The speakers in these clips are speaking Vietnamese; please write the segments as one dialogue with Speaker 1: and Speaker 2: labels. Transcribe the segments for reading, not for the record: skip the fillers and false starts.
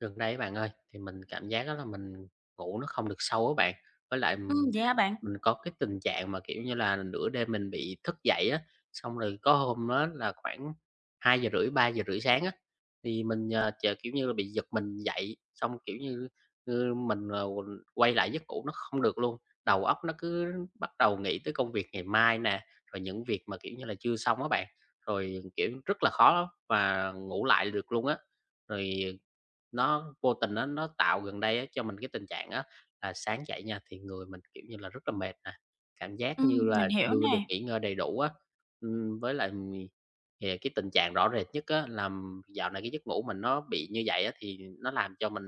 Speaker 1: Gần đây á bạn ơi, thì mình cảm giác á là mình ngủ nó không được sâu á bạn. Với lại,
Speaker 2: Vậy hả bạn?
Speaker 1: mình có cái tình trạng mà, kiểu như là, nửa đêm mình bị thức dậy á, xong rồi có hôm á là khoảng 2:30 3:30 sáng á, thì mình, ờ, ch kiểu như là, bị giật mình dậy, xong, kiểu như, mình, quỳnh quay lại giấc ngủ nó không được luôn. Đầu óc nó cứ bắt đầu nghĩ tới công việc ngày mai nè, rồi những việc mà, kiểu như là, chưa xong á bạn, rồi, kiểu, rất là khó và ngủ lại được luôn á. Rồi nó vô tình á, nó tạo gần đây á cho mình cái tình trạng á là sáng dậy nha, thì người mình, kiểu như là, rất là mệt nè, cảm giác như là
Speaker 2: Mình hiểu
Speaker 1: chưa được
Speaker 2: nè.
Speaker 1: nghỉ ngơi đầy đủ á. Với lại, thì cái tình trạng rõ rệt nhất á là dạo này cái giấc ngủ mình nó bị như vậy á, thì nó làm cho mình,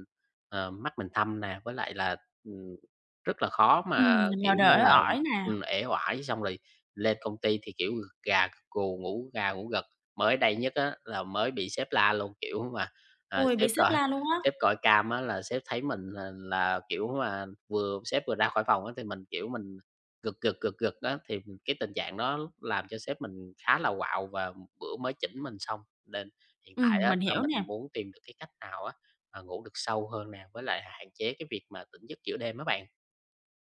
Speaker 1: mắt mình thâm nè, với lại là, ừm, rất là khó
Speaker 2: Ừm,
Speaker 1: mà,
Speaker 2: là
Speaker 1: kiểu như
Speaker 2: đợi
Speaker 1: là,
Speaker 2: ỏi nè.
Speaker 1: uể oải, xong rồi lên công ty thì, kiểu, gật gà gật gù, ngủ gà ngủ gật. Mới đây nhất á là mới bị sếp la luôn, kiểu mà, à,
Speaker 2: Ôi, bị sếp la luôn á.
Speaker 1: sếp còi cam á là sếp thấy mình là, kiểu mà, vừa sếp vừa ra khỏi phòng á thì mình, kiểu, mình gật, gật, gật, gật á, thì cái tình trạng đó làm cho sếp mình khá là quạo và bữa mới chỉnh mình xong. Nên hiện tại á
Speaker 2: Mình
Speaker 1: là
Speaker 2: hiểu
Speaker 1: mình
Speaker 2: nè.
Speaker 1: muốn tìm được cái cách nào á, mà ngủ được sâu hơn nè, với lại hạn chế cái việc mà tỉnh giấc giữa đêm á bạn.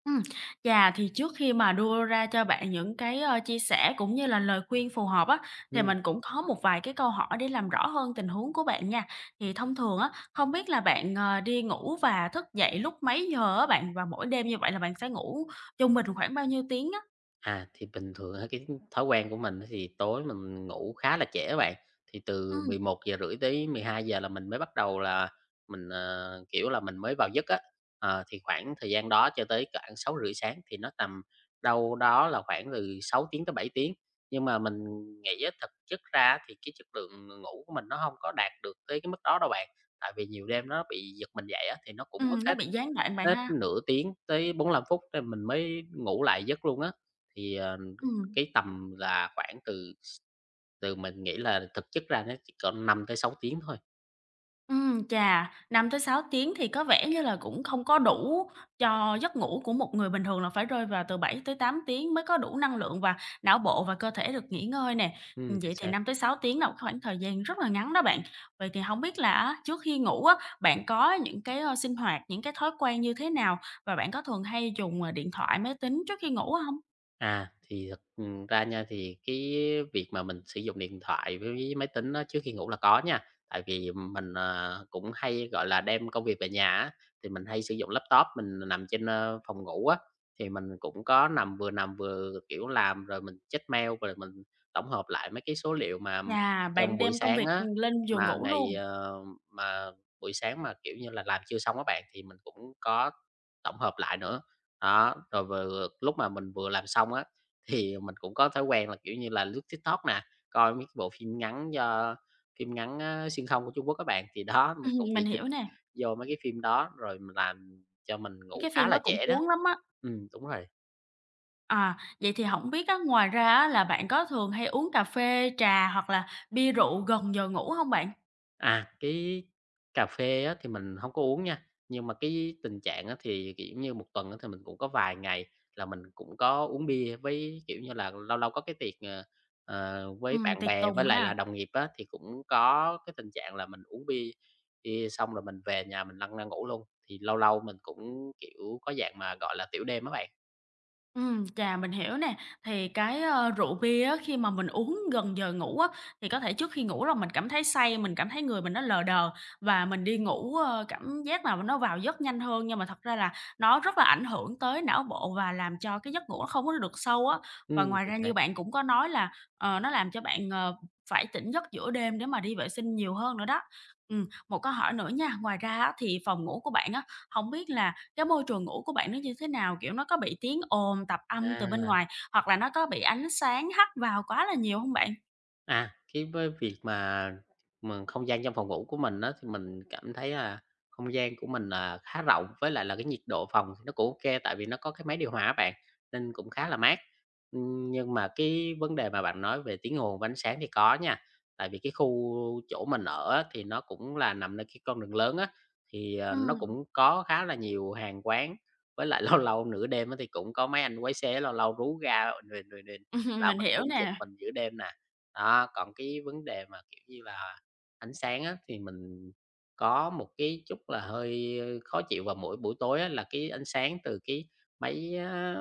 Speaker 2: Ừm, chà, thì trước khi mà đưa ra cho bạn những cái, chia sẻ cũng như là lời khuyên phù hợp á, thì mình cũng có một vài cái câu hỏi để làm rõ hơn tình huống của bạn nha. Thì thông thường á, không biết là bạn, đi ngủ và thức dậy lúc mấy giờ á bạn? Và mỗi đêm như vậy là bạn sẽ ngủ trung bình khoảng bao nhiêu tiếng á?
Speaker 1: À, thì bình thường á, cái thói quen của mình á thì tối mình ngủ khá là trễ bạn, thì từ
Speaker 2: Ừm,
Speaker 1: 11:30 tới 12 giờ là mình mới bắt đầu là mình, kiểu là, mình mới vào giấc á. Ờ, thì khoảng thời gian đó cho tới khoảng 6:30 sáng thì nó tầm đâu đó là khoảng từ 6 tiếng tới 7 tiếng. Nhưng mà mình nghĩ á, thực chất ra thì cái chất lượng ngủ của mình nó không có đạt được tới cái mức đó đâu bạn, tại vì nhiều đêm nó bị giật mình dậy á, thì nó cũng mất
Speaker 2: ừm, nó
Speaker 1: hết
Speaker 2: bị gián đoạn bạn
Speaker 1: Hết
Speaker 2: ha?
Speaker 1: nửa tiếng tới 45 phút thì mình mới ngủ lại giấc luôn á. Thì,
Speaker 2: Ừm.
Speaker 1: cái tầm là khoảng từ từ mình nghĩ là thực chất ra nó chỉ còn 5 tới 6 tiếng thôi.
Speaker 2: Chà, năm tới sáu tiếng thì có vẻ như là cũng không có đủ cho giấc ngủ của một người bình thường là phải rơi vào từ bảy tới tám tiếng mới có đủ năng lượng và não bộ và cơ thể được nghỉ ngơi nè.
Speaker 1: Chính
Speaker 2: Vậy thì
Speaker 1: xác.
Speaker 2: năm tới sáu tiếng là một khoảng thời gian rất là ngắn đó bạn. Vậy thì không biết là á, trước khi ngủ á, bạn có những cái, sinh hoạt, những cái thói quen như thế nào? Và bạn có thường hay dùng, điện thoại, máy tính trước khi ngủ không?
Speaker 1: À, thì thật, ra nha, thì cái việc mà mình sử dụng điện thoại với máy tính á, trước khi ngủ là có nha. Tại vì mình, cũng hay, gọi là, đem công việc về nhà á, thì mình hay sử dụng laptop mình nằm trên, phòng ngủ á, thì mình cũng có vừa nằm vừa, kiểu, làm rồi mình check mail, rồi mình tổng hợp lại mấy cái số liệu mà
Speaker 2: Chà,
Speaker 1: trong
Speaker 2: bạn
Speaker 1: buổi
Speaker 2: đem công
Speaker 1: sáng
Speaker 2: việc,
Speaker 1: á,
Speaker 2: lên giường
Speaker 1: mà
Speaker 2: ngủ
Speaker 1: ngày,
Speaker 2: luôn.
Speaker 1: mà buổi sáng mà, kiểu như là, làm chưa xong á bạn, thì mình cũng có tổng hợp lại nữa. Đó, rồi vừa lúc mà mình vừa làm xong á, thì mình cũng có thói quen là, kiểu như là, lướt TikTok nè, coi mấy cái bộ phim ngắn do phim ngắn á, xuyên không của Trung Quốc các bạn. Thì đó, mình cũng bị
Speaker 2: Mình
Speaker 1: dính
Speaker 2: hiểu nè,
Speaker 1: vô mấy cái phim đó, rồi mình làm cho mình ngủ
Speaker 2: cái
Speaker 1: khá
Speaker 2: phim
Speaker 1: là
Speaker 2: đó cũng
Speaker 1: trễ đó.
Speaker 2: cuốn lắm á.
Speaker 1: Đúng rồi.
Speaker 2: À, vậy thì không biết á, ngoài ra á là bạn có thường hay uống cà phê, trà hoặc là bia rượu gần giờ ngủ hông bạn?
Speaker 1: À, cái cà phê á thì mình không có uống nha, nhưng mà cái tình trạng á thì, kiểu như, một tuần á thì mình cũng có vài ngày là mình cũng có uống bia với, kiểu như là, lâu lâu có cái tiệc, với bạn
Speaker 2: Tiệt
Speaker 1: bè với
Speaker 2: tùng
Speaker 1: lại là
Speaker 2: ha.
Speaker 1: đồng nghiệp á, thì cũng có cái tình trạng là mình uống bia bia xong rồi mình về nhà mình lăn ra ngủ luôn, thì lâu lâu mình cũng, kiểu, có dạng mà, gọi là, tiểu đêm á bạn.
Speaker 2: Chà, mình hiểu nè. Thì cái, rượu bia á, khi mà mình uống gần giờ ngủ á, thì có thể trước khi ngủ là mình cảm thấy say, mình cảm thấy người mình nó lờ đờ và mình đi ngủ, cảm giác là nó vào giấc nhanh hơn. Nhưng mà thật ra là nó rất là ảnh hưởng tới não bộ và làm cho cái giấc ngủ nó không có được sâu á. Và ngoài
Speaker 1: Chính
Speaker 2: ra
Speaker 1: xác.
Speaker 2: như bạn cũng có nói là, nó làm cho bạn, phải tỉnh giấc giữa đêm để mà đi vệ sinh nhiều hơn nữa đó. Một câu hỏi nữa nha, ngoài ra á, thì phòng ngủ của bạn á, không biết là cái môi trường ngủ của bạn nó như thế nào? Kiểu, nó có bị tiếng ồn, tạp âm từ bên
Speaker 1: À.
Speaker 2: ngoài, hoặc là nó có bị ánh sáng hắt vào quá là nhiều hông bạn?
Speaker 1: À, cái với việc mà mình không gian trong phòng ngủ của mình á, thì mình cảm thấy là không gian của mình là khá rộng, với lại là cái nhiệt độ phòng thì nó cũng ok tại vì nó có cái máy điều hòa á bạn, nên cũng khá là mát. Nhưng mà cái vấn đề mà bạn nói về tiếng ồn và ánh sáng thì có nha, tại vì cái khu chỗ mình ở á, thì nó cũng là nằm nơi cái con đường lớn á, thì, nó
Speaker 2: Ừm,
Speaker 1: cũng có khá là nhiều hàng quán, với lại lâu lâu nửa đêm á, thì cũng có mấy anh quái xế lâu lâu rú ga ình ình, ình là
Speaker 2: mình
Speaker 1: mình
Speaker 2: hiểu
Speaker 1: cũng giật
Speaker 2: nè.
Speaker 1: mình giữa đêm nè. Đó, còn cái vấn đề mà, kiểu như là, ánh sáng á, thì mình có một cái chút là hơi khó chịu vào mỗi buổi tối á, là cái ánh sáng từ cái máy, á,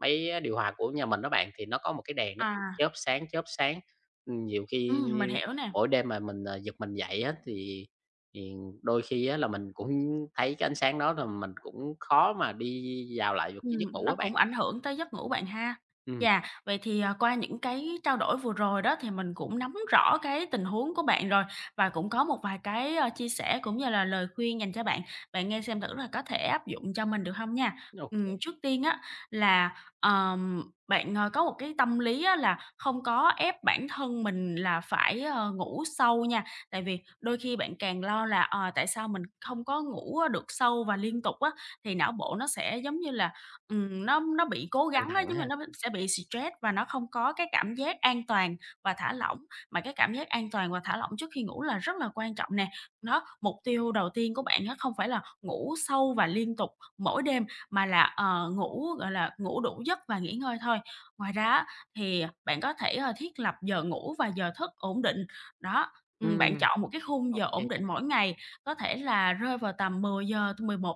Speaker 1: máy điều hòa của nhà mình đó bạn, thì nó có một cái đèn nó cũng
Speaker 2: À,
Speaker 1: chớp sáng, chớp sáng. Nhiều khi
Speaker 2: mình hiểu nè.
Speaker 1: mỗi đêm mà mình, giật mình dậy á, thì đôi khi á là mình cũng thấy cái ánh sáng đó là mình cũng khó mà đi vào lại được cái giấc ngủ á
Speaker 2: Nó
Speaker 1: bạn.
Speaker 2: cũng ảnh hưởng tới giấc ngủ bạn ha.
Speaker 1: Ừm,
Speaker 2: Chà, vậy thì, à, qua những cái trao đổi vừa rồi đó thì mình cũng nắm rõ cái tình huống của bạn rồi và cũng có một vài cái, chia sẻ cũng như là lời khuyên dành cho bạn. Bạn nghe xem thử là có thể áp dụng cho mình được không nha.
Speaker 1: ok kê,
Speaker 2: Trước tiên á là, ờm, bạn, có một cái tâm lý á là không có ép bản thân mình là phải, ngủ sâu nha, tại vì đôi khi bạn càng lo là, tại sao mình không có ngủ được sâu và liên tục á, thì não bộ nó sẽ giống như là. Nó bị cố
Speaker 1: căng
Speaker 2: gắng á,
Speaker 1: thẳng
Speaker 2: giống như
Speaker 1: ha.
Speaker 2: nó sẽ bị stress và nó không có cái cảm giác an toàn và thả lỏng, mà cái cảm giác an toàn và thả lỏng trước khi ngủ là rất là quan trọng nè. Đó, mục tiêu đầu tiên của bạn á, không phải là ngủ sâu và liên tục mỗi đêm, mà là, ngủ, gọi là, ngủ đủ giấc và nghỉ ngơi thôi. Ngoài ra á, thì bạn có thể, thiết lập giờ ngủ và giờ thức ổn định. Đó,
Speaker 1: Ừm,
Speaker 2: bạn chọn một cái khung
Speaker 1: ok
Speaker 2: giờ ổn
Speaker 1: nha,
Speaker 2: định mỗi ngày, có thể là rơi vào tầm 10:00,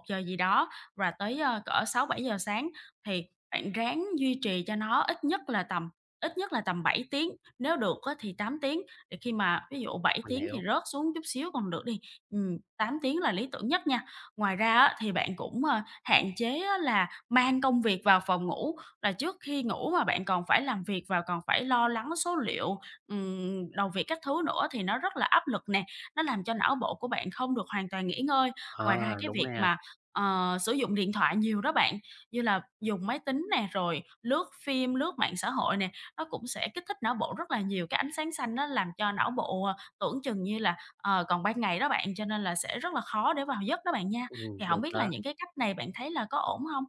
Speaker 2: giờ gì đó, và tới, cỡ sáu bảy giờ sáng thì bạn ráng duy trì cho nó ít nhất là tầm 7 tiếng, nếu được á thì 8 tiếng, để khi mà ví dụ 7
Speaker 1: mình
Speaker 2: tiếng thì
Speaker 1: hiểu.
Speaker 2: rớt xuống chút xíu còn được đi, 8 tiếng là lý tưởng nhất nha. Ngoài ra á thì bạn cũng, hạn chế á là mang công việc vào phòng ngủ, là trước khi ngủ mà bạn còn phải làm việc và còn phải lo lắng số liệu, đầu việc các thứ nữa thì nó rất là áp lực nè, nó làm cho não bộ của bạn không được hoàn toàn nghỉ ngơi. Ngoài ra
Speaker 1: À,
Speaker 2: cái
Speaker 1: đúng
Speaker 2: việc
Speaker 1: nè,
Speaker 2: mà sử dụng điện thoại nhiều đó bạn, như là dùng máy tính nè, rồi lướt phim, lướt mạng xã hội nè, nó cũng sẽ kích thích não bộ rất là nhiều. Cái ánh sáng xanh nó làm cho não bộ, tưởng chừng như là, còn ban ngày đó bạn, cho nên là sẽ rất là khó để vào giấc đó bạn nha. Thì không
Speaker 1: đúng
Speaker 2: biết là
Speaker 1: đó.
Speaker 2: những cái cách này bạn thấy là có ổn không?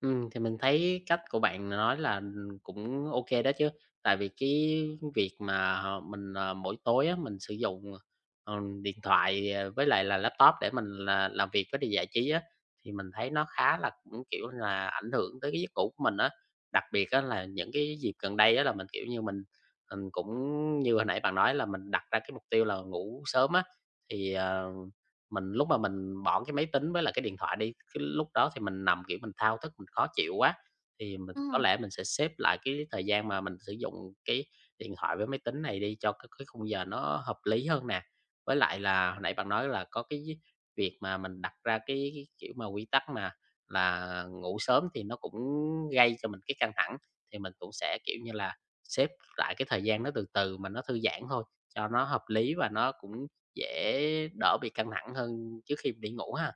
Speaker 1: Thì mình thấy cách của bạn nói là, cũng ok đó chứ, tại vì cái việc mà mình, mỗi tối á, mình sử dụng, điện thoại, với lại là laptop để mình là làm việc với đi giải trí á, thì mình thấy nó khá là cũng, kiểu là, ảnh hưởng tới cái giấc ngủ của mình á. Đặc biệt á là những cái dịp gần đây á là mình, kiểu như, mình cũng như hồi nãy bạn nói là mình đặt ra cái mục tiêu là ngủ sớm á, thì, mình lúc mà mình bỏ cái máy tính với lại cái điện thoại đi, cái lúc đó thì mình nằm, kiểu, mình thao thức, mình khó chịu quá, thì mình có
Speaker 2: Ừm.
Speaker 1: lẽ mình sẽ xếp lại cái thời gian mà mình sử dụng cái điện thoại với máy tính này đi cho cái khung giờ nó hợp lý hơn nè. Với lại là hồi nãy bạn nói là có cái việc mà mình đặt ra cái, kiểu, mà quy tắc mà là ngủ sớm thì nó cũng gây cho mình cái căng thẳng, thì mình cũng sẽ, kiểu như là, xếp lại cái thời gian nó từ từ mà nó thư giãn thôi, cho nó hợp lý và nó cũng dễ đỡ bị căng thẳng hơn trước khi đi ngủ ha.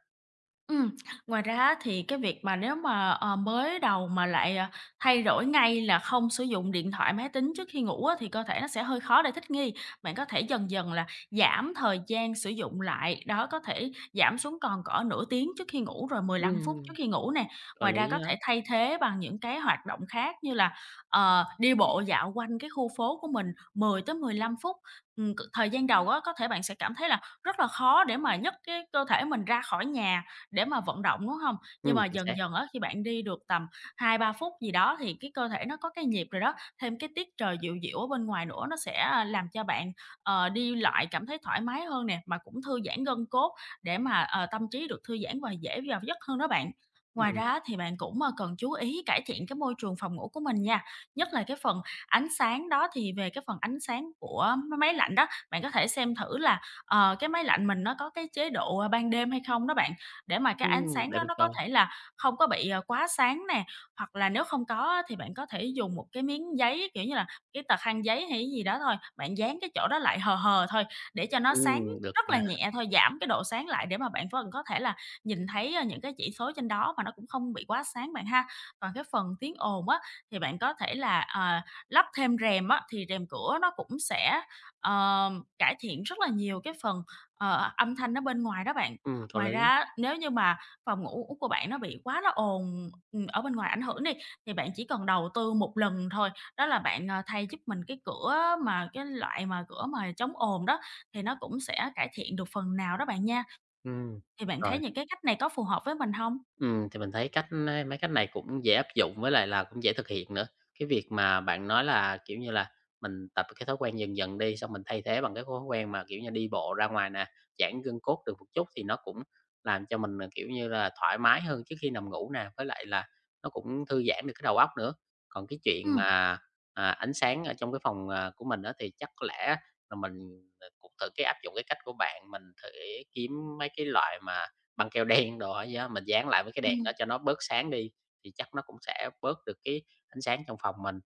Speaker 2: Ừm, ngoài ra á thì cái việc mà nếu mà, mới đầu mà lại, thay đổi ngay là không sử dụng điện thoại, máy tính trước khi ngủ á, thì cơ thể nó sẽ hơi khó để thích nghi. Bạn có thể dần dần là giảm thời gian sử dụng lại, đó, có thể giảm xuống còn cỡ nửa tiếng trước khi ngủ, rồi 15 phút trước
Speaker 1: Ừm,
Speaker 2: khi ngủ nè.
Speaker 1: có
Speaker 2: Ngoài
Speaker 1: lý
Speaker 2: ra có
Speaker 1: á,
Speaker 2: thể thay thế bằng những cái hoạt động khác như là, đi bộ dạo quanh cái khu phố của mình 15 phút. Thời gian đầu á, có thể bạn sẽ cảm thấy là rất là khó để mà nhấc cái cơ thể mình ra khỏi nhà để mà vận động, đúng không? Nhưng mà
Speaker 1: chính xác,
Speaker 2: dần dần á, khi bạn đi được tầm hai ba phút gì đó thì cái cơ thể nó có cái nhịp rồi đó, thêm cái tiết trời dịu dịu ở bên ngoài nữa nó sẽ làm cho bạn, đi lại cảm thấy thoải mái hơn nè, mà cũng thư giãn gân cốt để mà, tâm trí được thư giãn và dễ vào giấc hơn đó bạn. Ngoài
Speaker 1: ừm,
Speaker 2: ra thì bạn cũng, cần chú ý cải thiện cái môi trường phòng ngủ của mình nha, nhất là cái phần ánh sáng đó, thì về cái phần ánh sáng của máy lạnh đó, bạn có thể xem thử là, cái máy lạnh mình nó có cái chế độ ban đêm hay không đó bạn để mà cái ánh sáng
Speaker 1: để
Speaker 2: đó
Speaker 1: mình
Speaker 2: nó
Speaker 1: coi,
Speaker 2: có thể là không có bị, quá sáng nè, hoặc là nếu không có á thì bạn có thể dùng một cái miếng giấy, kiểu như là, cái tờ khăn giấy hay gì đó thôi, bạn dán cái chỗ đó lại hờ hờ thôi để cho nó sáng
Speaker 1: được
Speaker 2: rất là
Speaker 1: nha,
Speaker 2: nhẹ thôi, giảm cái độ sáng lại để mà bạn vẫn có thể là nhìn thấy, những cái chỉ số trên đó mà nó cũng không bị quá sáng bạn ha. Còn cái phần tiếng ồn á, thì bạn có thể là, lắp thêm rèm á, thì rèm cửa nó cũng sẽ, ờ, cải thiện rất là nhiều cái phần, âm thanh ở bên ngoài đó bạn.
Speaker 1: có
Speaker 2: Ngoài ra
Speaker 1: lý,
Speaker 2: á, nếu như mà phòng ngủ của bạn nó bị quá là ồn, ở bên ngoài ảnh hưởng đi, thì bạn chỉ cần đầu tư một lần thôi, đó là bạn, thay giúp mình cái cửa mà cái loại mà cửa mà chống ồn đó, thì nó cũng sẽ cải thiện được phần nào đó bạn nha.
Speaker 1: ừm,
Speaker 2: Thì bạn thấy
Speaker 1: rồi.
Speaker 2: những cái cách này có phù hợp với mình không?
Speaker 1: Thì mình thấy cách á mấy cách này cũng dễ áp dụng với lại là cũng dễ thực hiện nữa. Cái việc mà bạn nói là, kiểu như là, mình tập cái thói quen dần dần đi, xong mình thay thế bằng cái thói quen mà, kiểu như, đi bộ ra ngoài nè, giãn gân cốt được một chút thì nó cũng làm cho mình, à, kiểu như là, thoải mái hơn trước khi nằm ngủ nè, với lại là nó cũng thư giãn được cái đầu óc nữa. Còn cái chuyện
Speaker 2: Ừm,
Speaker 1: mà, à, ánh sáng ở trong cái phòng, của mình đó thì chắc có lẽ là mình, cũng thử cái áp dụng cái cách của bạn, mình thử kiếm mấy cái loại mà băng keo đen đồ á gì đó, mình dán lại với cái đèn đó
Speaker 2: ừm,
Speaker 1: cho nó bớt sáng đi, thì chắc nó cũng sẽ bớt được cái ánh sáng trong phòng mình.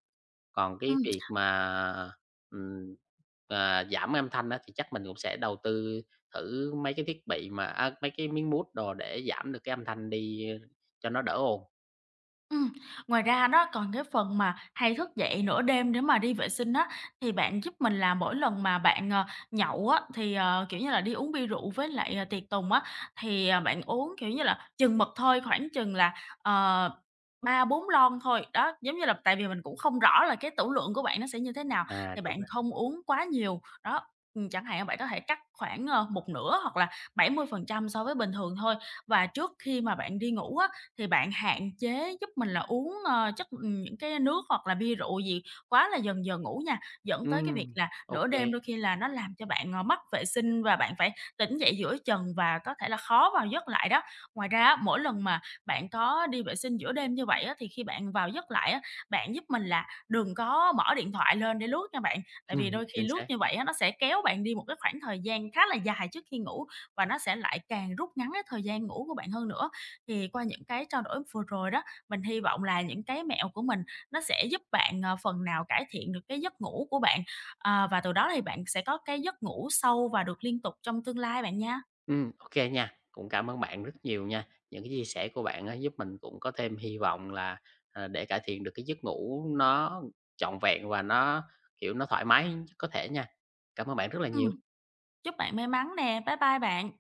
Speaker 1: Còn cái
Speaker 2: ừm.
Speaker 1: việc mà, ừm, giảm âm thanh á, thì chắc mình cũng sẽ đầu tư thử mấy cái thiết bị mà á, mấy cái miếng mút đồ để giảm được cái âm thanh đi, cho nó đỡ ồn.
Speaker 2: Ừm, ngoài ra đó còn cái phần mà hay thức dậy nửa đêm để mà đi vệ sinh á, thì bạn giúp mình là mỗi lần mà bạn, nhậu á, thì, kiểu như là, đi uống bia rượu với lại, tiệc tùng á, thì, bạn uống, kiểu như là, chừng mực thôi, khoảng chừng là, ờ, 3-4 lon thôi. Đó, giống như là tại vì mình cũng không rõ là cái tửu lượng của bạn nó sẽ như thế nào,
Speaker 1: À,
Speaker 2: thì
Speaker 1: đúng
Speaker 2: bạn
Speaker 1: á.
Speaker 2: không uống quá nhiều. Đó, chẳng hạn bạn có thể cắt khoảng, một nửa hoặc là 70% so với bình thường thôi. Và trước khi mà bạn đi ngủ á, thì bạn hạn chế giúp mình là uống, những cái nước hoặc là bia rượu gì quá là dần giờ ngủ nha, dẫn tới cái việc
Speaker 1: Ừm,
Speaker 2: là
Speaker 1: ô
Speaker 2: nửa đêm đôi khi là nó làm cho bạn, mất vệ sinh và bạn phải tỉnh dậy giữa chừng và có thể là khó vào giấc lại đó. Ngoài ra á, mỗi lần mà bạn có đi vệ sinh giữa đêm như vậy á, thì khi bạn vào giấc lại á, bạn giúp mình là đừng có mở điện thoại lên để lướt nha bạn, tại vì
Speaker 1: ừm,
Speaker 2: đôi khi
Speaker 1: chính
Speaker 2: lướt
Speaker 1: xác.
Speaker 2: như vậy á, nó sẽ kéo bạn đi một cái khoảng thời gian khá là dài trước khi ngủ và nó sẽ lại càng rút ngắn cái thời gian ngủ của bạn hơn nữa. Thì qua những cái trao đổi vừa rồi đó, mình hy vọng là những cái mẹo của mình nó sẽ giúp bạn, phần nào cải thiện được cái giấc ngủ của bạn, và từ đó thì bạn sẽ có cái giấc ngủ sâu và được liên tục trong tương lai bạn nha.
Speaker 1: Ừ, ok nha. Cũng cảm ơn bạn rất nhiều nha. Những cái chia sẻ của bạn á giúp mình cũng có thêm hy vọng là, để cải thiện được cái giấc ngủ nó trọn vẹn và nó, kiểu, nó thoải mái nhất có thể nha. Cảm ơn bạn rất là nhiều.
Speaker 2: Ừm, chúc bạn may mắn nè. Bye bye bạn.